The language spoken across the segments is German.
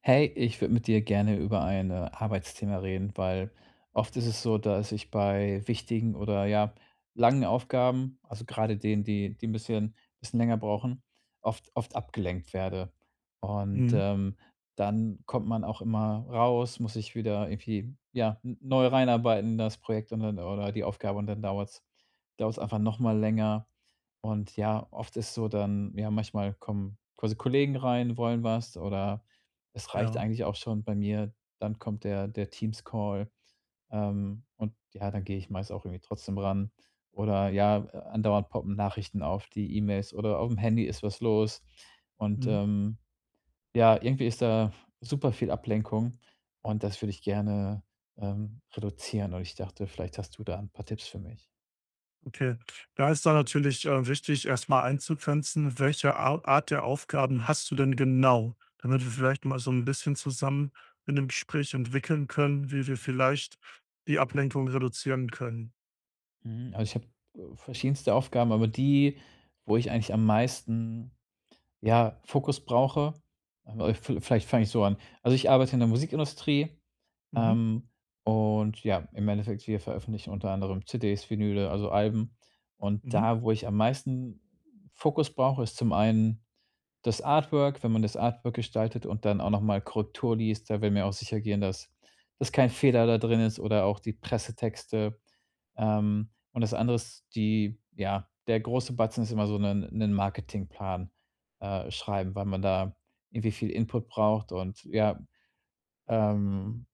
Hey, ich würde mit dir gerne über ein Arbeitsthema reden, weil oft ist es so, dass ich bei wichtigen oder ja, langen Aufgaben, also gerade denen, die ein bisschen länger brauchen, oft abgelenkt werde. Und Mhm. ähm, dann kommt man auch immer raus, muss sich wieder irgendwie ja, neu reinarbeiten, in das Projekt und dann, oder die Aufgabe und dann dauert es einfach nochmal länger. Und ja, oft ist so dann, ja, manchmal kommen quasi Kollegen rein, wollen was oder es reicht Ja. eigentlich auch schon bei mir. Dann kommt der Teams-Call, und ja, dann gehe ich meist auch irgendwie trotzdem ran. Oder ja, andauernd poppen Nachrichten auf, die E-Mails oder auf dem Handy ist was los. Und, Mhm. Ja, irgendwie ist da super viel Ablenkung und das würde ich gerne, reduzieren. Und ich dachte, vielleicht hast du da ein paar Tipps für mich. Okay. Da ist dann natürlich, wichtig, erstmal mal einzugrenzen, welche Ar Art der Aufgaben hast du denn genau? Damit wir vielleicht mal so ein bisschen zusammen in dem Gespräch entwickeln können, wie wir vielleicht die Ablenkung reduzieren können. Mhm, also, ich habe, verschiedenste Aufgaben, aber die, wo ich eigentlich am meisten ja, Fokus brauche. Aber v vielleicht fange ich so an. Also, ich arbeite in der Musikindustrie, Mhm, ähm, und ja, im Endeffekt, wir veröffentlichen unter anderem CDs, Vinyle, also Alben. Und mhm. da, wo ich am meisten Fokus brauche, ist zum einen das Artwork, wenn man das Artwork gestaltet und dann auch noch mal Korrektur liest, da will mir auch sicher gehen, dass kein Fehler da drin ist oder auch die Pressetexte. Und das andere ist die ja, der große Batzen ist immer so ein 'nen Marketingplan schreiben, weil man da irgendwie viel Input braucht und ja, ähm,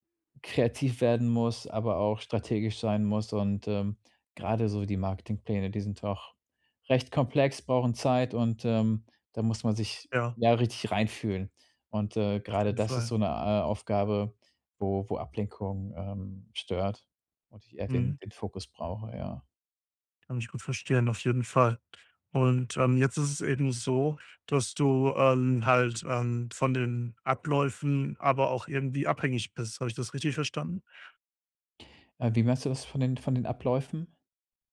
kreativ werden muss, aber auch strategisch sein muss. Und gerade so die Marketingpläne, die sind auch recht komplex, brauchen Zeit und da muss man sich Ja, ja richtig reinfühlen. Und auf gerade jeden das ist so Fall. eine Aufgabe, wo Ablenkung stört und ich eher den, Mhm. den Fokus brauche, ja. Kann ich gut verstehen, auf jeden Fall. Und, jetzt ist es eben so, dass du, von den Abläufen aber auch irgendwie abhängig bist. Habe ich das richtig verstanden? Wie meinst du das von den Abläufen?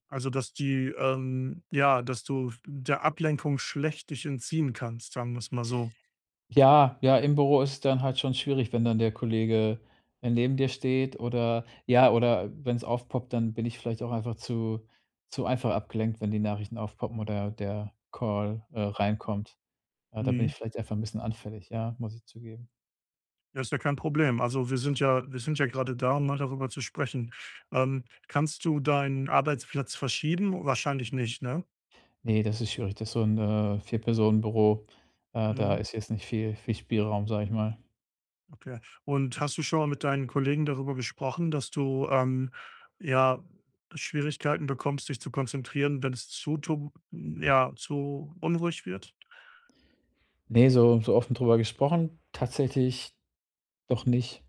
Also, dass ja, dass du der Ablenkung schlecht dich entziehen kannst, sagen wir es mal so. Ja, ja, im Büro ist es dann halt schon schwierig, wenn dann der Kollege, neben dir steht oder ja, oder wenn es aufpoppt, dann bin ich vielleicht auch einfach zu einfach abgelenkt, wenn die Nachrichten aufpoppen oder der Call, reinkommt. Da bin ich Mhm. vielleicht einfach ein bisschen anfällig, ja, muss ich zugeben. Ja, ist ja kein Problem. Also, wir sind ja gerade da, um mal darüber zu sprechen. Kannst du deinen Arbeitsplatz verschieben? Wahrscheinlich nicht, ne? Ne, das ist schwierig. Das ist so ein Vier-Personen-Büro. Da Mhm, ist jetzt nicht viel Spielraum, sag ich mal. okay. Und hast du schon mal mit deinen Kollegen darüber gesprochen, dass du, ja, Schwierigkeiten bekommst, dich zu konzentrieren, wenn es zu tu ja, zu unruhig wird? Ne, so offen drüber gesprochen tatsächlich doch nicht.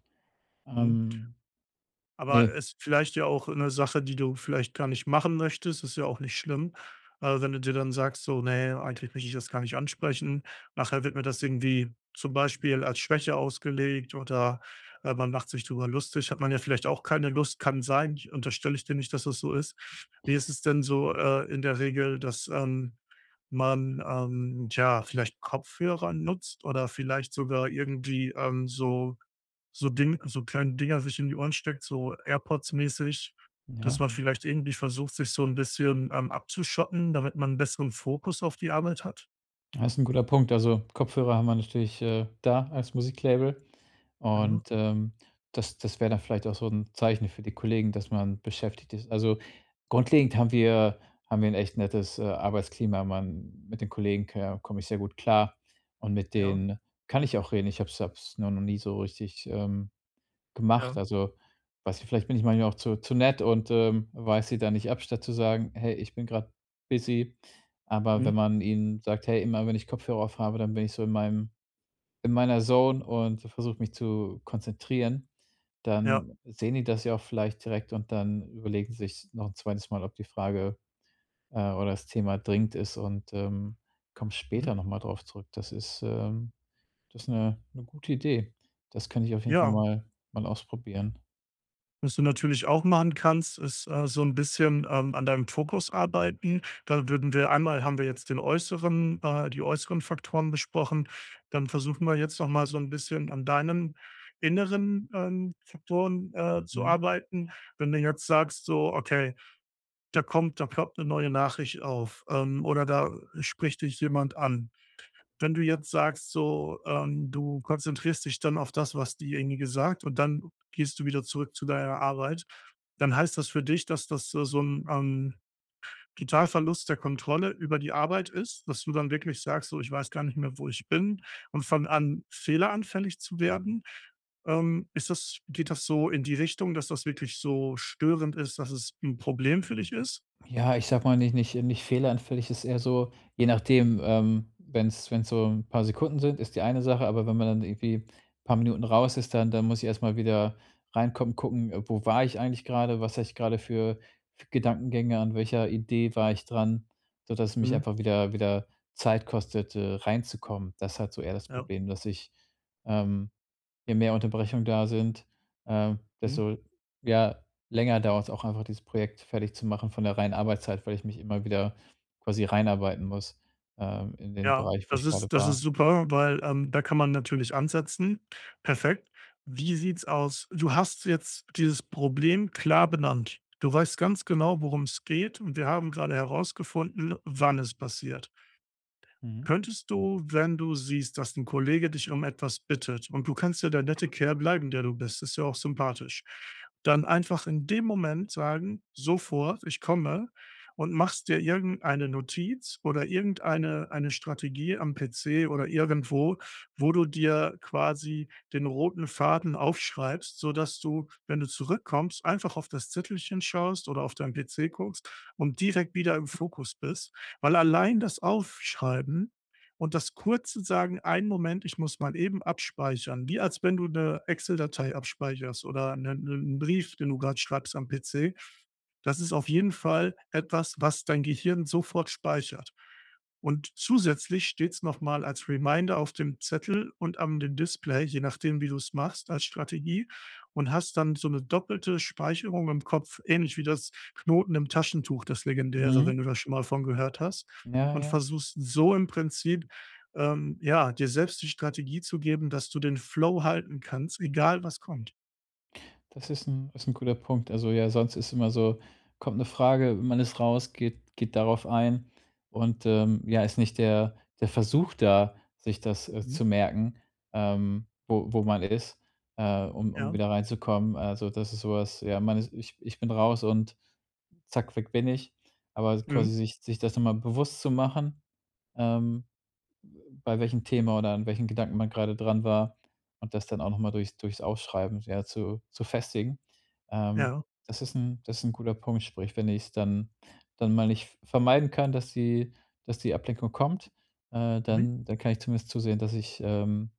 Mhm. Ähm, Aber ne, es ist vielleicht ja auch eine Sache, die du vielleicht gar nicht machen möchtest, ist ja auch nicht schlimm. Wenn du dir dann sagst so: „Nee, eigentlich möchte ich das gar nicht ansprechen.“ Nachher wird mir das irgendwie zum Beispiel als Schwäche ausgelegt oder man macht sich drüber lustig. Hat man ja vielleicht auch keine Lust, kann sein. Ich unterstelle ich dir nicht, dass das so ist. Wie ist es denn so, in der Regel, dass, man, tja, vielleicht Kopfhörer nutzt oder vielleicht sogar irgendwie, so kleine Dinger sich in die Ohren steckt, so AirPods-mäßig, dass ja. man vielleicht irgendwie versucht, sich so ein bisschen, abzuschotten, damit man 'n besseren Fokus auf die Arbeit hat. Das ist ein guter Punkt. Also, Kopfhörer haben wir natürlich, da als Musiklabel Mhm. und, das wäre dann vielleicht auch so ein Zeichen für die Kollegen, dass man beschäftigt ist. Also, grundlegend haben wir ein echt nettes, Arbeitsklima. Man mit den Kollegen komme ich sehr gut klar und mit Ja, denen kann ich auch reden. Ich habe es nur noch nie so richtig, gemacht? ja. Also, weiß nicht, vielleicht bin ich manchmal auch zu nett und, weise sie da nicht ab, statt zu sagen: „Hey, ich bin gerade busy." Aber wenn Mhm. man ihnen sagt: „Hey, immer wenn ich Kopfhörer auf habe, dann bin ich so in meiner Zone und versuche mich zu konzentrieren", Ja. dann sehen die das ja auch vielleicht direkt und dann überlegen sie sich noch ein zweites Mal, ob die Frage, oder das Thema dringend ist und, kommen Mhm. später noch mal drauf zurück. Das ist eine 'ne gute Idee. Das kann ich auf jeden Fall Ja. mal ausprobieren. Was du natürlich auch machen kannst, ist, so ein bisschen, an deinem Fokus arbeiten. Da würden wir einmal haben wir jetzt den äußeren die äußeren Faktoren besprochen. Dann versuchen wir jetzt noch mal so ein bisschen an deinen inneren, Faktoren, zu Mhm. arbeiten. Wenn du jetzt sagst so: „Okay, da kommt eine neue Nachricht auf, oder da spricht dich jemand an.“ Wenn du jetzt sagst, so, du konzentrierst dich dann auf das, was diejenige sagt und dann gehst du wieder zurück zu deiner Arbeit, dann heißt das für dich, dass das so 'n, Totalverlust der Kontrolle über die Arbeit ist, dass du dann wirklich sagst: „So, ich weiß gar nicht mehr, wo ich bin“ und fang an, fehleranfällig zu werden? Ist das Geht das so in die Richtung, dass das wirklich so störend ist, dass es ein Problem für dich ist? Ja, ich sag mal nicht fehleranfällig, ist eher so, je nachdem, wenn's so ein paar Sekunden sind, ist die eine Sache, aber wenn man dann irgendwie ein paar Minuten raus ist, dann muss ich erstmal wieder reinkommen, gucken, wo war ich eigentlich gerade, was hatte ich gerade für Gedankengänge? An welcher Idee war ich dran? Sodass es mich Mhm. einfach wieder Zeit kostet, reinzukommen. Das ist halt so eher das Ja. Problem, dass ich, ähm je mehr Unterbrechungen da sind, Mhm. desto, ja, länger dauert es auch einfach, dieses Projekt fertig zu machen von der reinen Arbeitszeit, weil ich mich immer wieder quasi reinarbeiten muss, in den Ja, Bereich, wo ich gerade das war. ist super, weil, da kann man natürlich ansetzen. Perfekt. Wie sieht's aus? Du hast jetzt dieses Problem klar benannt. Du weißt ganz genau, worum es geht und wir haben gerade herausgefunden, wann es passiert. Mhm. Könntest du, wenn du siehst, dass ein Kollege dich um etwas bittet und du kannst ja der nette Kerl bleiben, der du bist, ist ja auch sympathisch, dann einfach in dem Moment sagen: „Sofort, ich komme“, und machst dir irgendeine Notiz oder irgendeine eine Strategie am PC oder irgendwo, wo du dir quasi den roten Faden aufschreibst, sodass du, wenn du zurückkommst, einfach auf das Zettelchen schaust oder auf deinen PC guckst und direkt wieder im Fokus bist. Weil allein das Aufschreiben und das kurze sagen: „Einen Moment, ich muss mal eben abspeichern.“ Wie als wenn du eine Excel-Datei abspeicherst oder einen 'nen Brief, den du gerade schreibst am PC. Das ist auf jeden Fall etwas, was dein Gehirn sofort speichert. Und zusätzlich steht es nochmal als Reminder auf dem Zettel und am dem Display, je nachdem, wie du es machst als Strategie, und hast dann so eine doppelte Speicherung im Kopf, ähnlich wie das Knoten im Taschentuch, das legendäre, Mhm. wenn du das schon mal von gehört hast, Ja, und ja. versuchst so im Prinzip, ja, dir selbst die Strategie zu geben, dass du den Flow halten kannst, egal was kommt. Das ist ein guter Punkt. Also, ja, sonst ist immer so kommt eine Frage, man ist raus, geht darauf ein und, ja, ist nicht der Versuch da, sich das, Mhm. zu merken, wo man ist, um Ja. wieder reinzukommen. Also, das ist so was ja, man ist ich bin raus und zack, weg bin ich. Aber quasi Mhm. sich das noch mal bewusst zu machen, ähm bei welchem Thema oder an welchen Gedanken man gerade dran war und das dann auch noch mal durchs Aufschreiben, ja, zu festigen. Ähm, Ja. das ist ein guter Punkt, sprich, wenn ich es dann mal nicht vermeiden kann, dass die Ablenkung kommt, Mhm. dann kann ich zumindest zusehen, dass ich,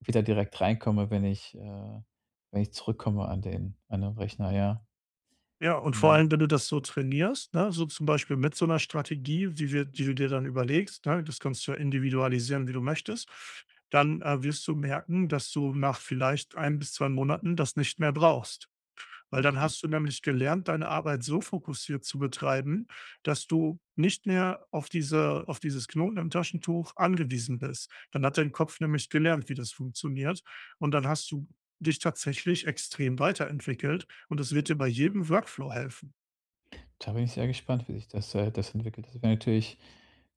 wieder direkt reinkomme, wenn ich zurückkomme an den Rechner, ja. Ja, und vor Mhm. allem, wenn du das so trainierst, ne, so zum Beispiel mit so einer Strategie, die du dir dann überlegst, ne, das kannst du ja individualisieren, wie du möchtest, dann, wirst du merken, dass du nach vielleicht 1 bis 2 Monaten das nicht mehr brauchst. Weil dann Okay. hast du nämlich gelernt, deine Arbeit so fokussiert zu betreiben, dass du nicht mehr auf dieses Knoten im Taschentuch angewiesen bist. Dann hat dein Kopf nämlich gelernt, wie das funktioniert, und dann hast du dich tatsächlich extrem weiterentwickelt, und das wird dir bei jedem Workflow helfen. Da bin ich sehr gespannt, wie sich das entwickelt. Das wäre natürlich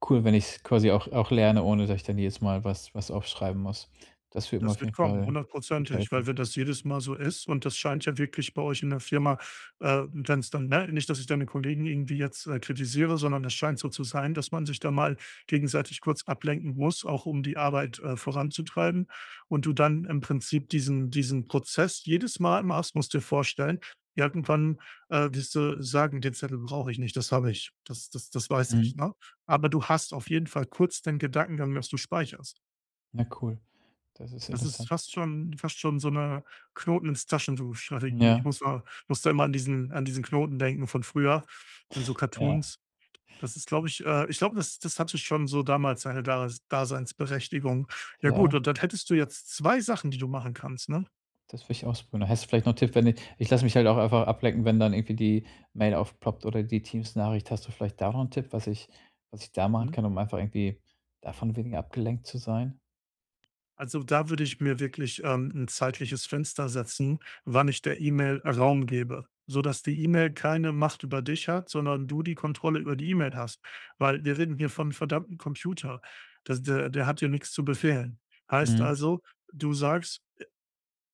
cool, wenn ich's quasi auch lerne, ohne dass ich dann jedes Mal was aufschreiben muss. Das würde mir Das auf wird jeden kommen, Fall gut hundertprozentig, helfen. weil wenn das jedes Mal so ist, und das scheint ja wirklich bei euch in der Firma, wenn es dann ne, nicht, dass ich deine Kollegen irgendwie jetzt, kritisiere, sondern es scheint so zu sein, dass man sich da mal gegenseitig kurz ablenken muss, auch um die Arbeit, voranzutreiben, und du dann im Prinzip diesen Prozess jedes Mal machst, musst dir vorstellen, irgendwann, wirst du sagen: „Den Zettel brauche ich nicht, das habe ich. Das weiß Mhm. ich“, ne? Aber du hast auf jeden Fall kurz den Gedankengang, dass du speicherst. Na cool, das ist Das ist interessant. fast schon so eine Knoten ins Taschentuch-Strategie. Ich Ja, musste immer an diesen Knoten denken von früher, an so ja, Cartoons. Das ist, glaube ich ich glaube, das hatte schon so damals seine Daseinsberechtigung. Ja gut, ja, und dann hättest du jetzt 2 Sachen, die du machen kannst, ne? das will ich ausprobieren. Hast du vielleicht noch 'n Tipp, wenn ich lasse mich halt auch einfach ablenken, wenn dann irgendwie die Mail aufploppt oder die Teams-Nachricht. Hast du vielleicht da noch einen Tipp, was ich da machen Mhm. kann, um einfach irgendwie davon weniger abgelenkt zu sein? Also da würde ich mir wirklich ein zeitliches Fenster setzen, wann ich der E-Mail Raum gebe, sodass die E-Mail keine Macht über dich hat, sondern du die Kontrolle über die E-Mail hast. Weil wir reden hier von verdammten Computer. Das, der, der hat dir nichts zu befehlen. Heißt Mhm, also, du sagst,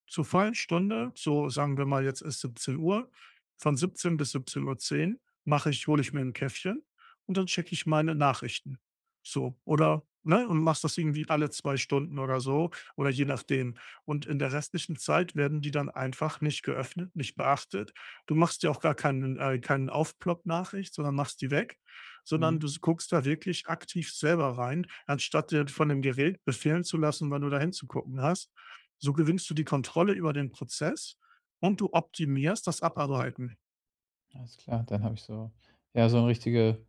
zur vollen Stunde, so sagen wir mal, jetzt ist 17 Uhr. Von 17 bis 17:10 Uhr mache ich hole ich mir ein Käffchen und dann checke ich meine Nachrichten. So, oder ne, und machst das irgendwie alle 2 Stunden oder so oder je nachdem. Und in der restlichen Zeit werden die dann einfach nicht geöffnet, nicht beachtet. Du machst dir auch gar keinen keinen Aufplopp-Nachricht, sondern machst die weg, sondern mhm. du guckst da wirklich aktiv selber rein, anstatt dir von dem Gerät befehlen zu lassen, wann du da hinzugucken hast. So gewinnst du die Kontrolle über den Prozess und du optimierst das Abarbeiten. Alles klar, dann habe ich so ja, so eine richtige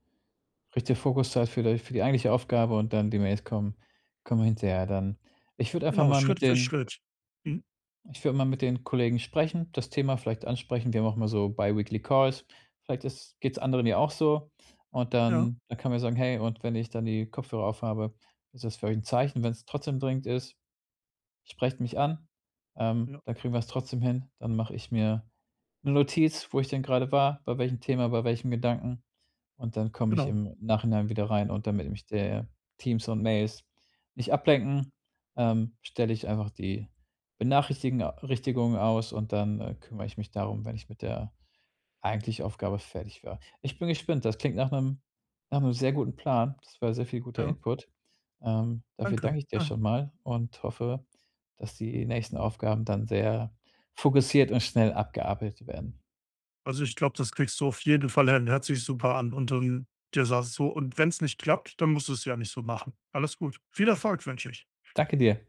Richtige Fokuszeit für die eigentliche Aufgabe und dann die Mails kommen hinterher dann. Ich würde einfach Genau, mal Schritt mit für den Schritt. Mhm. ich würde mal mit den Kollegen sprechen, das Thema vielleicht ansprechen. Wir haben auch mal so biweekly Calls. Vielleicht ist geht's anderen ja auch so und Ja, dann kann man ja sagen: „Hey, und wenn ich dann die Kopfhörer aufhabe, ist das für euch ein Zeichen, wenn es trotzdem dringend ist?" Sprecht mich an, ja, dann kriegen wir es trotzdem hin. Dann mache ich mir eine Notiz, wo ich denn gerade war, bei welchem Thema, bei welchem Gedanken und dann komme ich genau. im Nachhinein wieder rein und damit mich der Teams und Mails nicht ablenken, stelle ich einfach die Benachrichtigungen aus und dann, kümmere ich mich darum, wenn ich mit der eigentlich Aufgabe fertig war. Ich bin gespannt, das klingt nach einem sehr guten Plan. Das war sehr viel guter Ja, Input. Dafür danke. danke ich dir Ja. schon mal und hoffe, dass die nächsten Aufgaben dann sehr fokussiert und schnell abgearbeitet werden. Also, ich glaube, das kriegst du auf jeden Fall hin. Hört sich super an, und dann dir sagst so und wenn es nicht klappt, dann musst du es ja nicht so machen. Alles gut. Viel Ich Erfolg wünsche ich. danke dir.